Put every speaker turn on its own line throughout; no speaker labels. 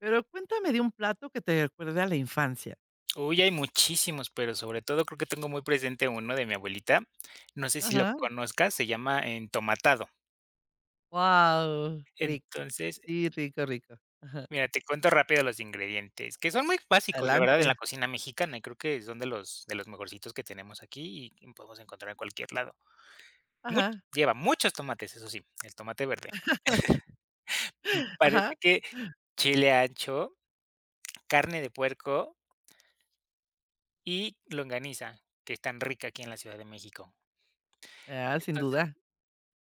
Pero cuéntame de un plato que te recuerde a la infancia.
Uy, hay muchísimos, pero sobre todo creo que tengo muy presente uno de mi abuelita. No sé si lo
Ajá.
conozcas, se llama entomatado.
Wow, rico.
Entonces,
Sí, rico, rico. Ajá.
mira, te cuento rápido los ingredientes, que son muy básicos, la verdad, en la
Adelante.
cocina mexicana, y creo que son de los mejorcitos que tenemos aquí y que podemos encontrar en cualquier lado. Much-
Ajá.
Lleva muchos tomates, eso sí, el tomate verde.
Ajá.
Parece que chile ancho, carne de puerco y longaniza, que es tan rica aquí en la Ciudad de México.
Ah, sin duda.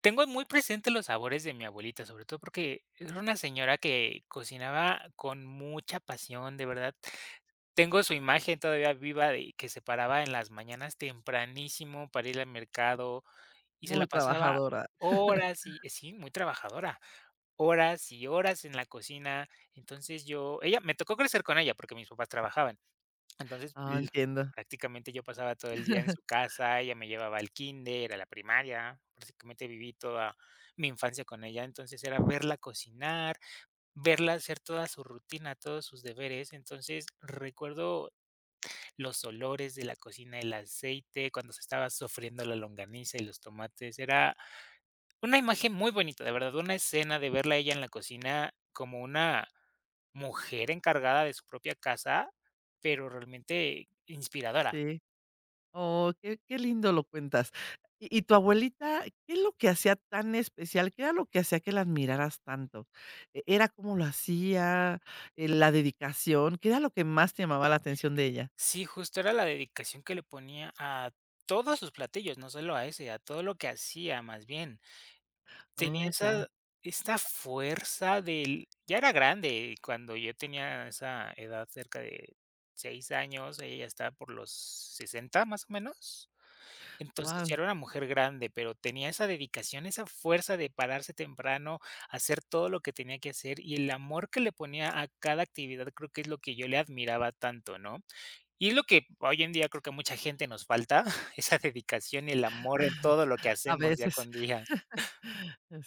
Tengo muy presentes los sabores de mi abuelita, sobre todo porque era una señora que cocinaba con mucha pasión, de verdad. Tengo su imagen todavía viva de que se paraba en las mañanas tempranísimo para ir al mercado y se la
Muy
pasaba
trabajadora.
horas y sí, muy trabajadora, horas y horas en la cocina. Entonces ella, me tocó crecer con ella porque mis papás trabajaban. Entonces,
Ah,
l
entiendo.
prácticamente yo pasaba todo el día en su casa, ella me llevaba al kinder a la primaria, prácticamente viví toda mi infancia con ella, entonces era verla cocinar, verla hacer toda su rutina, todos sus deberes, entonces recuerdo los olores de la cocina, el aceite, cuando se estaba sofriendo la longaniza y los tomates, era una imagen muy bonita, de verdad, una escena de verla a ella en la cocina como una mujer encargada de su propia casa, pero realmente inspiradora.
Sí. Oh, qué lindo lo cuentas. Y tu abuelita, ¿qué es lo que hacía tan especial? ¿Qué era lo que hacía que la admiraras tanto? Era cómo lo hacía, la dedicación? ¿Qué era lo que más te llamaba la atención de ella?
Sí, justo era la dedicación que le ponía a todos sus platillos, no solo a ese, a todo lo que hacía más bien. Tenía
Oh, ya.
esa esta fuerza del ya era grande cuando yo tenía esa edad cerca de 6 años, ella ya estaba por los 60 más o menos. Entonces, ya
Wow.
era una mujer grande, pero tenía esa dedicación, esa fuerza de pararse temprano, hacer todo lo que tenía que hacer y el amor que le ponía a cada actividad, creo que es lo que yo le admiraba tanto, ¿no? Y es lo que hoy en día creo que a mucha gente nos falta, esa dedicación y el amor en todo lo que
A
hacemos día
veces,
con día.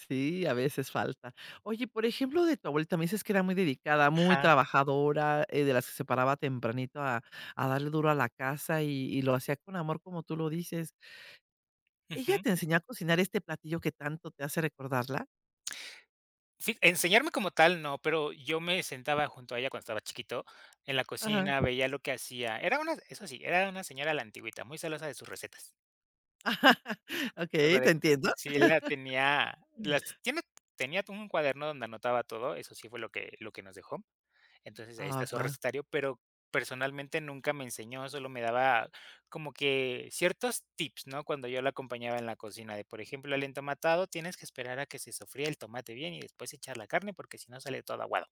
sí, a veces falta. Oye, por ejemplo, de tu abuelita, me dices que era muy dedicada, muy
Ajá,
trabajadora, de las que se paraba tempranito a darle duro a la casa y lo hacía con amor, como tú lo dices. ¿Ella
ujú.
te enseñó a cocinar este platillo que tanto te hace recordarla?
Fi Enseñarme como tal, no, pero yo me sentaba junto a ella cuando estaba chiquito en la
Ajá.
cocina, veía lo que hacía. Era una eso sí, era una señora a la antigüita, muy celosa de sus recetas.
Ok,
O sea, de
te entiendo.
sí la tenía las tiene tenía un cuaderno donde anotaba todo, eso sí fue lo que nos dejó. Entonces, ahí
Ah,
está su
guau.
recetario, pero personalmente nunca me enseñó, solo me daba como que ciertos tips, ¿no? Cuando yo la acompañaba en la cocina, de, por ejemplo, el entomatado tienes que esperar a que se sofría el tomate bien y después echar la carne, porque si no sale todo aguado.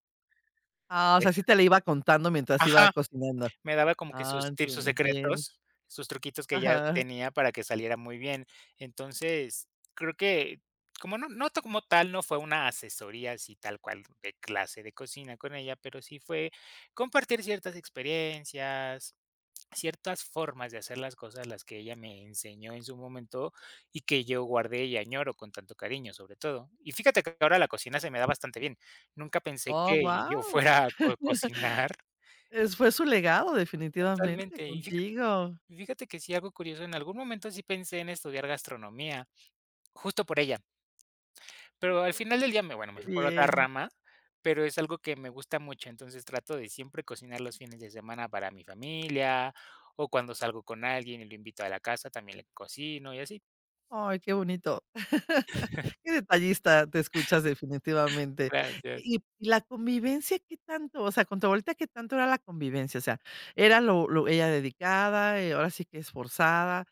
Ah, o
Es
sea, sí te la iba contando mientras iba
Ajá.
cocinando.
Me daba como que
Ah,
sus tips, sus
entiendo, bien.
secretos, sus truquitos que ella
Ajá.
tenía para que saliera muy bien. Entonces, creo que como tal, no fue una asesoría así tal cual de clase de cocina con ella, pero sí fue compartir ciertas experiencias, ciertas formas de hacer las cosas, las que ella me enseñó en su momento y que yo guardé y añoro con tanto cariño, sobre todo. Y fíjate que ahora la cocina se me da bastante bien. Nunca pensé
Oh,
que yo
guau.
fuera a co cocinar
Es fue su legado, definitivamente,
totalmente.
contigo.
Fíjate que sí, algo curioso, en algún momento sí pensé en estudiar gastronomía, justo por ella, pero al final del día me bueno, me
Qué
fui por otra
bien.
rama, pero es algo que me gusta mucho, entonces trato de siempre cocinar los fines de semana para mi familia, o cuando salgo con alguien y lo invito a la casa, también le cocino y así.
Ay, qué bonito. Qué detallista te escuchas, definitivamente.
Gracias.
Y la convivencia, ¿qué tanto? O sea, con tu abuelita, ¿qué tanto era la convivencia? O sea, ¿era lo ella dedicada, ahora sí que esforzada?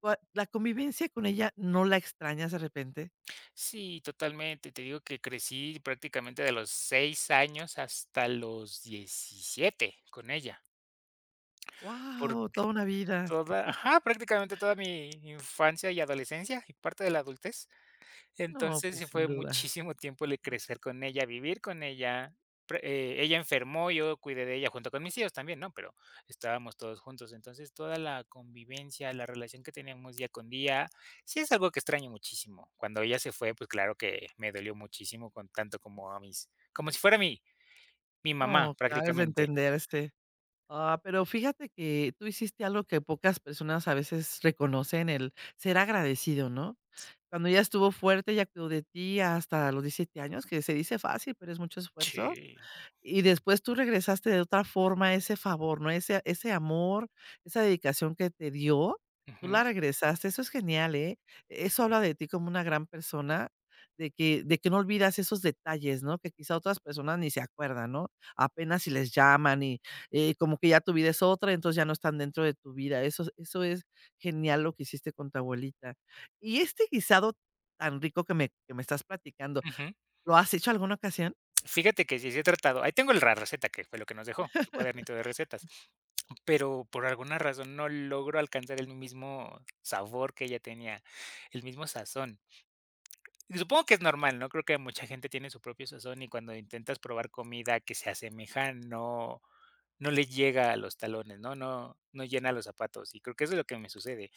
¿Cuál la convivencia con ella no la extrañas de repente?
Sí, totalmente, te digo que crecí prácticamente de los 6 años hasta los 17 con ella, por
Wow, toda una vida.
toda ajá, prácticamente toda mi infancia y adolescencia y parte de la adultez.
No,
Entonces,
pues
sí
sin
fue
duda.
muchísimo tiempo el
Mm.
crecer con ella, vivir con ella. Pre Ella enfermó, yo cuidé de ella junto con mis hijos también, ¿no? Pero estábamos todos juntos. Entonces, toda la convivencia, la relación que teníamos día con día, sí es algo que extraño muchísimo. Cuando ella se fue, pues claro que me dolió muchísimo con tanto como a mis como si fuera mi mamá
No, claro, es de
prácticamente.
entenderse. Ah, pero fíjate que tú hiciste algo que pocas personas a veces reconocen, el ser agradecido, ¿no? Cuando ya estuvo fuerte, ya cuidó de ti hasta los 17 años, que se dice fácil, pero es mucho esfuerzo.
Sí.
Y después tú regresaste de otra forma ese favor, ¿no? Ese amor, esa dedicación que te dio, tú
Ujú,
la regresaste, eso es genial, ¿eh? Eso habla de ti como una gran persona, de que no olvidas esos detalles, ¿no? Que quizá otras personas ni se acuerdan, ¿no? Apenas si les llaman y, como que ya tu vida es otra, entonces ya no están dentro de tu vida. Eso es genial lo que hiciste con tu abuelita. Y este guisado tan rico que me estás platicando,
ujú.
¿lo has hecho alguna ocasión?
Fíjate que sí, sí he tratado. Ahí tengo el la receta, que fue lo que nos dejó, su cuadernito de recetas, pero por alguna razón no logro alcanzar el mismo sabor que ella tenía, el mismo sazón. Y supongo que es normal, ¿no? Creo que mucha gente tiene su propio sazón y cuando intentas probar comida que se asemeja, no no le llega a los talones, ¿no? No no llena los zapatos, y creo que eso es lo que me sucede.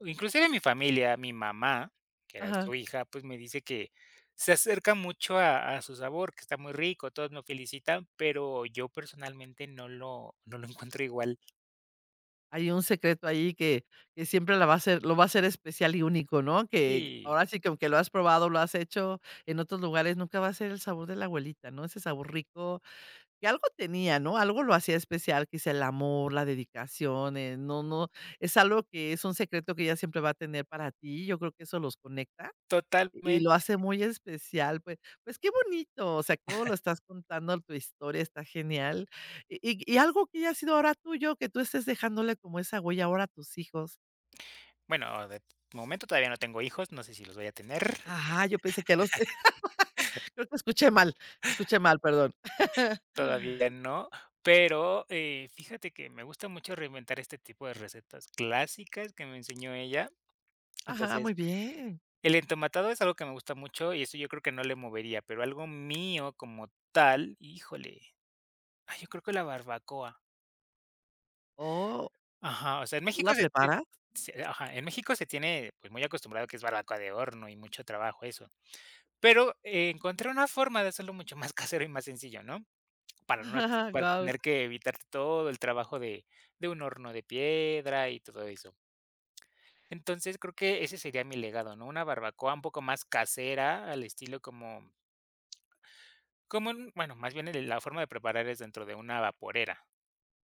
Inclusive mi familia, mi mamá, que era
Ajá.
su hija, pues me dice que se acerca mucho a su sabor, que está muy rico, todos me felicitan, pero yo personalmente no lo encuentro igual.
Hay un secreto ahí que siempre la va a hacer lo va a hacer especial y único, ¿no? Que
Sí,
ahora sí que, aunque lo has probado, lo has hecho en otros lugares, nunca va a ser el sabor de la abuelita, ¿no? Ese sabor rico que algo tenía, ¿no? Algo lo hacía especial, quizá el amor, la dedicación, no no, es algo que es un secreto que ella siempre va a tener para ti, yo creo que eso los conecta. Y lo
totalmente.
hace muy especial, pues pues qué bonito, o sea, cómo lo estás contando tu historia, está genial. Y y algo que haya sido ahora tuyo, que tú estés dejándole como esa huella ahora a tus hijos.
Bueno, de momento todavía no tengo hijos, no sé si los voy a tener,
Ajá, yo pensé que a los creo que escuché mal, perdón.
todavía no, pero fíjate que me gusta mucho reinventar este tipo de recetas clásicas que me enseñó ella.
Ajá,
Entonces,
muy bien.
el entomatado es algo que me gusta mucho y eso yo creo que no le movería, pero algo mío como tal, híjole, ay, yo creo que la barbacoa.
Oh,
Ajá, o sea, en
¿tú
México
la
se tie
preparas?
se ajá, en México se tiene, pues, muy acostumbrado que es barbacoa de horno y mucho trabajo eso, pero encontré una forma de hacerlo mucho más casero y más sencillo, ¿no? Para no t- para
wow,
tener que evitarte todo el trabajo de un horno de piedra y todo eso. Entonces, creo que ese sería mi legado, ¿no? Una barbacoa un poco más casera, al estilo como Como en bueno, más bien el la forma de preparar es dentro de una vaporera,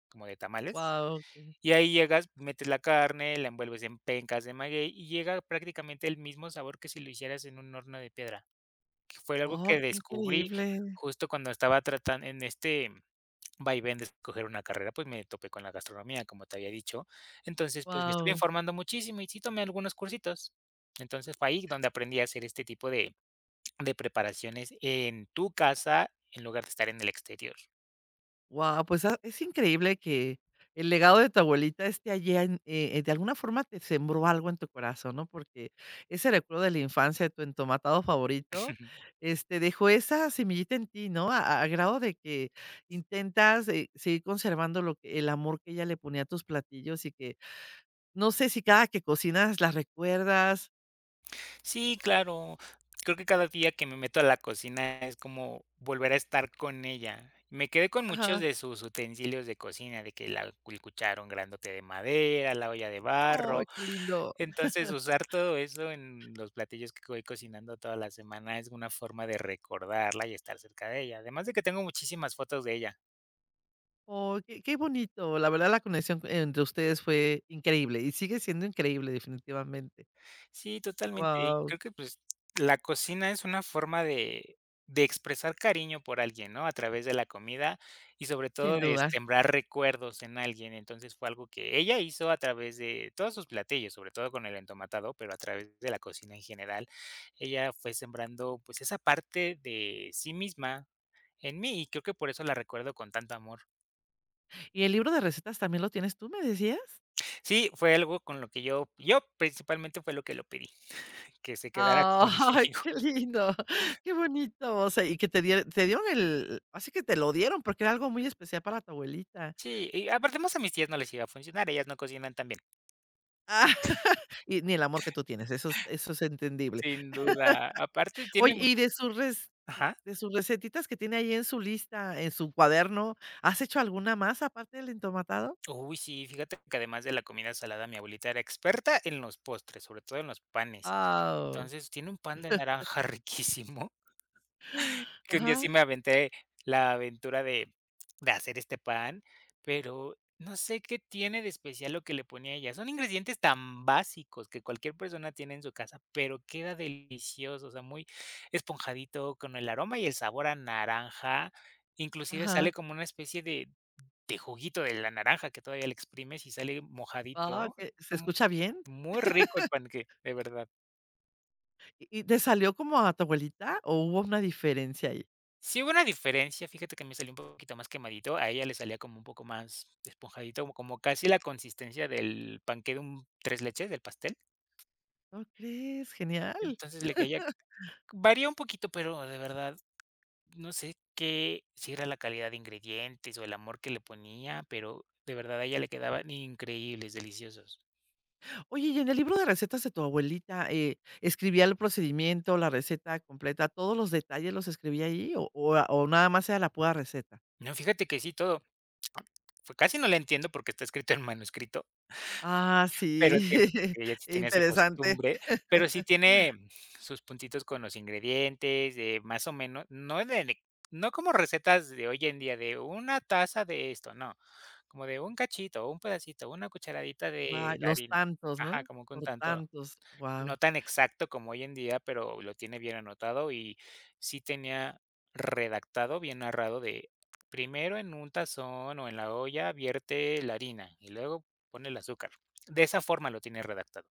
como de tamales,
wow,
y ahí llegas, metes la carne, la envuelves en pencas de maguey y llega prácticamente el mismo sabor que si lo hicieras en un horno de piedra, que fue algo
oh,
que
qué
descubrí
increíble,
justo cuando estaba tratando en este vaivén de escoger una carrera, pues me topé con la gastronomía, como te había dicho. Entonces, pues me estuve
wow.
informando muchísimo y sí tomé algunos cursitos. Entonces, fue ahí donde aprendí a hacer este tipo de preparaciones en tu casa, en lugar de estar en el exterior.
Wow, pues, ah, es increíble que el legado de tu abuelita esté allá en de alguna forma te sembró algo en tu corazón, ¿no? Porque ese recuerdo de la infancia de tu entomatado favorito,
Ujú.
este, dejó esa semillita en ti, ¿no? A grado de que intentas, seguir conservando lo que el amor que ella le ponía a tus platillos y que no sé si cada que cocinas las recuerdas.
Sí, claro. Creo que cada día que me meto a la cocina es como volver a estar con ella. Me quedé con muchos
Ajá.
de sus utensilios de cocina, de que el cucharón grandote de madera, la olla de
Oh,
barro.
qué lindo.
Entonces, usar todo eso en los platillos que voy cocinando toda la semana es una forma de recordarla y estar cerca de ella. Además de que tengo muchísimas fotos de ella.
Oh, qué bonito. La verdad, la conexión entre ustedes fue increíble y sigue siendo increíble, definitivamente.
Sí, totalmente. Y
Wow,
creo que, pues, la cocina es una forma de expresar cariño por alguien, ¿no? A través de la comida y sobre todo
sin
de
duda.
sembrar recuerdos en alguien. Entonces, fue algo que ella hizo a través de todos sus platillos, sobre todo con el entomatado, pero a través de la cocina en general. Ella fue sembrando, pues, esa parte de sí misma en mí, y creo que por eso la recuerdo con tanto amor.
¿Y el libro de recetas también lo tienes tú, me decías?
Sí, fue algo con lo que yo principalmente fue lo que lo pedí, que se quedara
Ah, ay,
conmigo.
qué lindo, qué bonito, o sea, y que te dieron el así que te lo dieron, porque era algo muy especial para tu abuelita.
Sí, y aparte más a mis tías no les iba a funcionar, ellas no cocinan tan bien.
Ah, y ni el amor que tú tienes, eso es entendible.
Sin duda, aparte tiene
Oye,
mucho
y de sus res
ajá.
de sus recetitas que tiene ahí en su lista, en su cuaderno, ¿has hecho alguna más aparte del entomatado?
Uy, sí, fíjate que además de la comida salada, mi abuelita era experta en los postres, sobre todo en los panes.
Ah,
Entonces, tiene un pan de naranja riquísimo. Que un día sí
ajá,
me aventé la aventura de hacer este pan, pero no sé qué tiene de especial lo que le ponía ella. Son ingredientes tan básicos que cualquier persona tiene en su casa, pero queda delicioso, o sea, muy esponjadito con el aroma y el sabor a naranja. Inclusive sale
ajá.
como una especie de juguito de la naranja que todavía le exprimes y sale
Ah,
mojadito.
¿que se
Está
escucha bien?
muy rico el panque de verdad.
¿Y te salió como a tu abuelita o hubo una diferencia ahí?
Sí hubo una diferencia, fíjate que me salió un poquito más quemadito, a ella le salía como un poco más esponjadito, como como casi la consistencia del panqué de un tres leches, del pastel.
¿No crees? Genial.
Entonces, le caía varía un poquito, pero de verdad, no sé qué si era la calidad de ingredientes o el amor que le ponía, pero de verdad a ella le quedaban increíbles, deliciosos.
Oye, y en el libro de recetas de tu abuelita, ¿escribía el procedimiento, la receta completa, todos los detalles los escribía ahí o nada más era la pura receta?
No, fíjate que sí, todo. Fue casi no la entiendo porque está escrito en manuscrito.
Ah,
Pero
sí,
tiene ella sí tiene esa
interesante.
costumbre, pero sí tiene sus puntitos con los ingredientes, de más o menos, no en el no como recetas de hoy en día, de una taza de esto, no, como de un cachito, un pedacito, una cucharadita
Va,
de
los
harina.
tantos,
Ajá,
¿no?
como con
Por
tanto
tantos,
no
wow.
tan exacto como hoy en día, pero lo tiene bien anotado y sí tenía redactado, bien narrado de primero en un tazón o en la olla vierte la harina y luego pone el azúcar. De esa forma lo tiene redactado.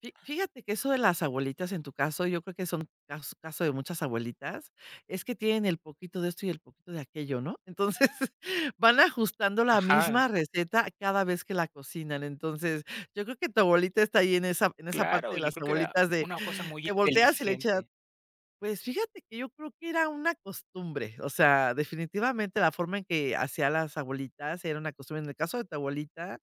Fi fíjate que eso de las abuelitas, en tu caso, yo creo que son caso de muchas abuelitas, es que tienen el poquito de esto y el poquito de aquello, ¿no? Entonces, van ajustando la
Ajá.
misma receta cada vez que la cocinan. Entonces, yo creo que tu abuelita está ahí en esa parte
Claro,
de
yo
las
creo que era
abuelitas de
una cosa muy
te volteas y le echas.
inteligente.
Pues fíjate que yo creo que era una costumbre, o sea, definitivamente la forma en que hacía las abuelitas era una costumbre. En el caso de tu abuelita,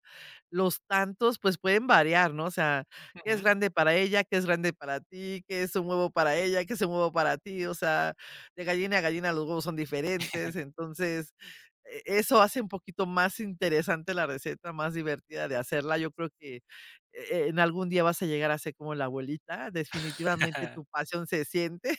los tantos, pues pueden variar, ¿no? O sea, qué es
Ujú.
grande para ella, qué es grande para ti, qué es un huevo para ella, qué es un huevo para ti, o sea, de gallina a gallina los huevos son diferentes, entonces eso hace un poquito más interesante la receta, más divertida de hacerla. Yo creo que en algún día vas a llegar a ser como la abuelita, definitivamente tu pasión se siente,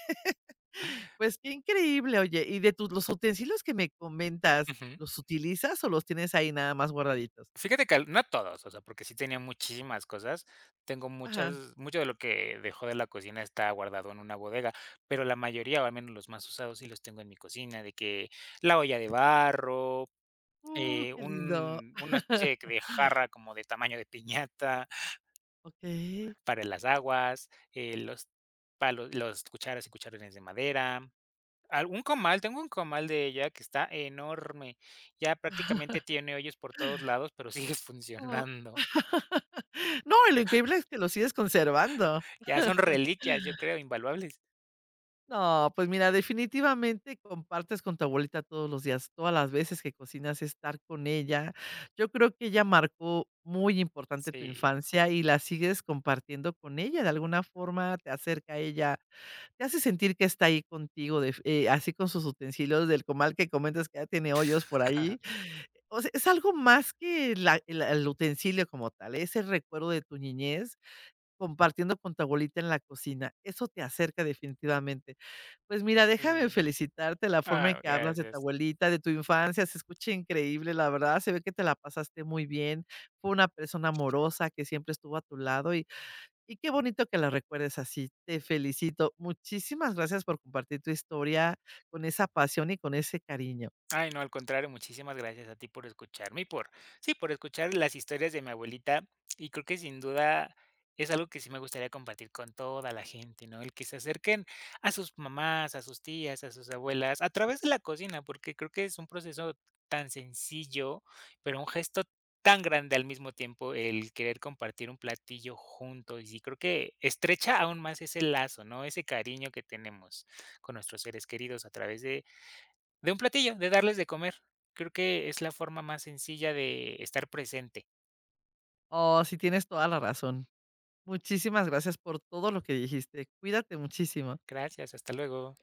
pues qué increíble, oye, y de tus los utensilios que me comentas,
Ujú.
¿los utilizas o los tienes ahí nada más guardaditos?
Fíjate que al no todos, o sea, porque sí tenía muchísimas cosas. Tengo muchas
Ajá.
Mucho de lo que dejó de la cocina está guardado en una bodega, pero la mayoría, o al menos los más usados, sí los tengo en mi cocina, de que la olla de barro,
Qué lindo.
un una especie de que de jarra como de tamaño de piñata
Okey.
para las aguas, los cucharas y cucharones de madera, algún comal, tengo un comal de ella que está enorme, ya prácticamente tiene hoyos por todos lados, pero sigue
Oh.
funcionando.
No, y lo increíble es que los sigues conservando.
Ya son reliquias, yo creo, invaluables.
No, pues mira, definitivamente compartes con tu abuelita todos los días, todas las veces que cocinas, estar con ella. Yo creo que ella marcó muy importante tu
Sí,
infancia y la sigues compartiendo con ella, de alguna forma te acerca a ella. Te hace sentir que está ahí contigo, de así con sus utensilios del comal que comentas que ya tiene hoyos por ahí. O sea, es algo más que la el utensilio como tal, ¿eh? Es el recuerdo de tu niñez compartiendo con tu abuelita en la cocina. Eso te acerca definitivamente. Pues mira, déjame
sí.
felicitarte la forma en
Ah,
que hablas de tu
gracias.
abuelita, de tu infancia, se escucha increíble, la verdad, se ve que te la pasaste muy bien. Fue una persona amorosa que siempre estuvo a tu lado y qué bonito que la recuerdes así, te felicito. Muchísimas gracias por compartir tu historia con esa pasión y con ese cariño.
Ay, no, al contrario, muchísimas gracias a ti por escucharme y por, sí, por escuchar las historias de mi abuelita. Y creo que sin duda es algo que sí me gustaría compartir con toda la gente, ¿no? El que se acerquen a sus mamás, a sus tías, a sus abuelas, a través de la cocina, porque creo que es un proceso tan sencillo, pero un gesto tan grande al mismo tiempo el querer compartir un platillo juntos. Y sí, creo que estrecha aún más ese lazo, ¿no? Ese cariño que tenemos con nuestros seres queridos a través de un platillo, de darles de comer. Creo que es la forma más sencilla de estar presente.
Oh, sí, tienes toda la razón. Muchísimas gracias por todo lo que dijiste. Cuídate muchísimo.
Gracias, hasta luego.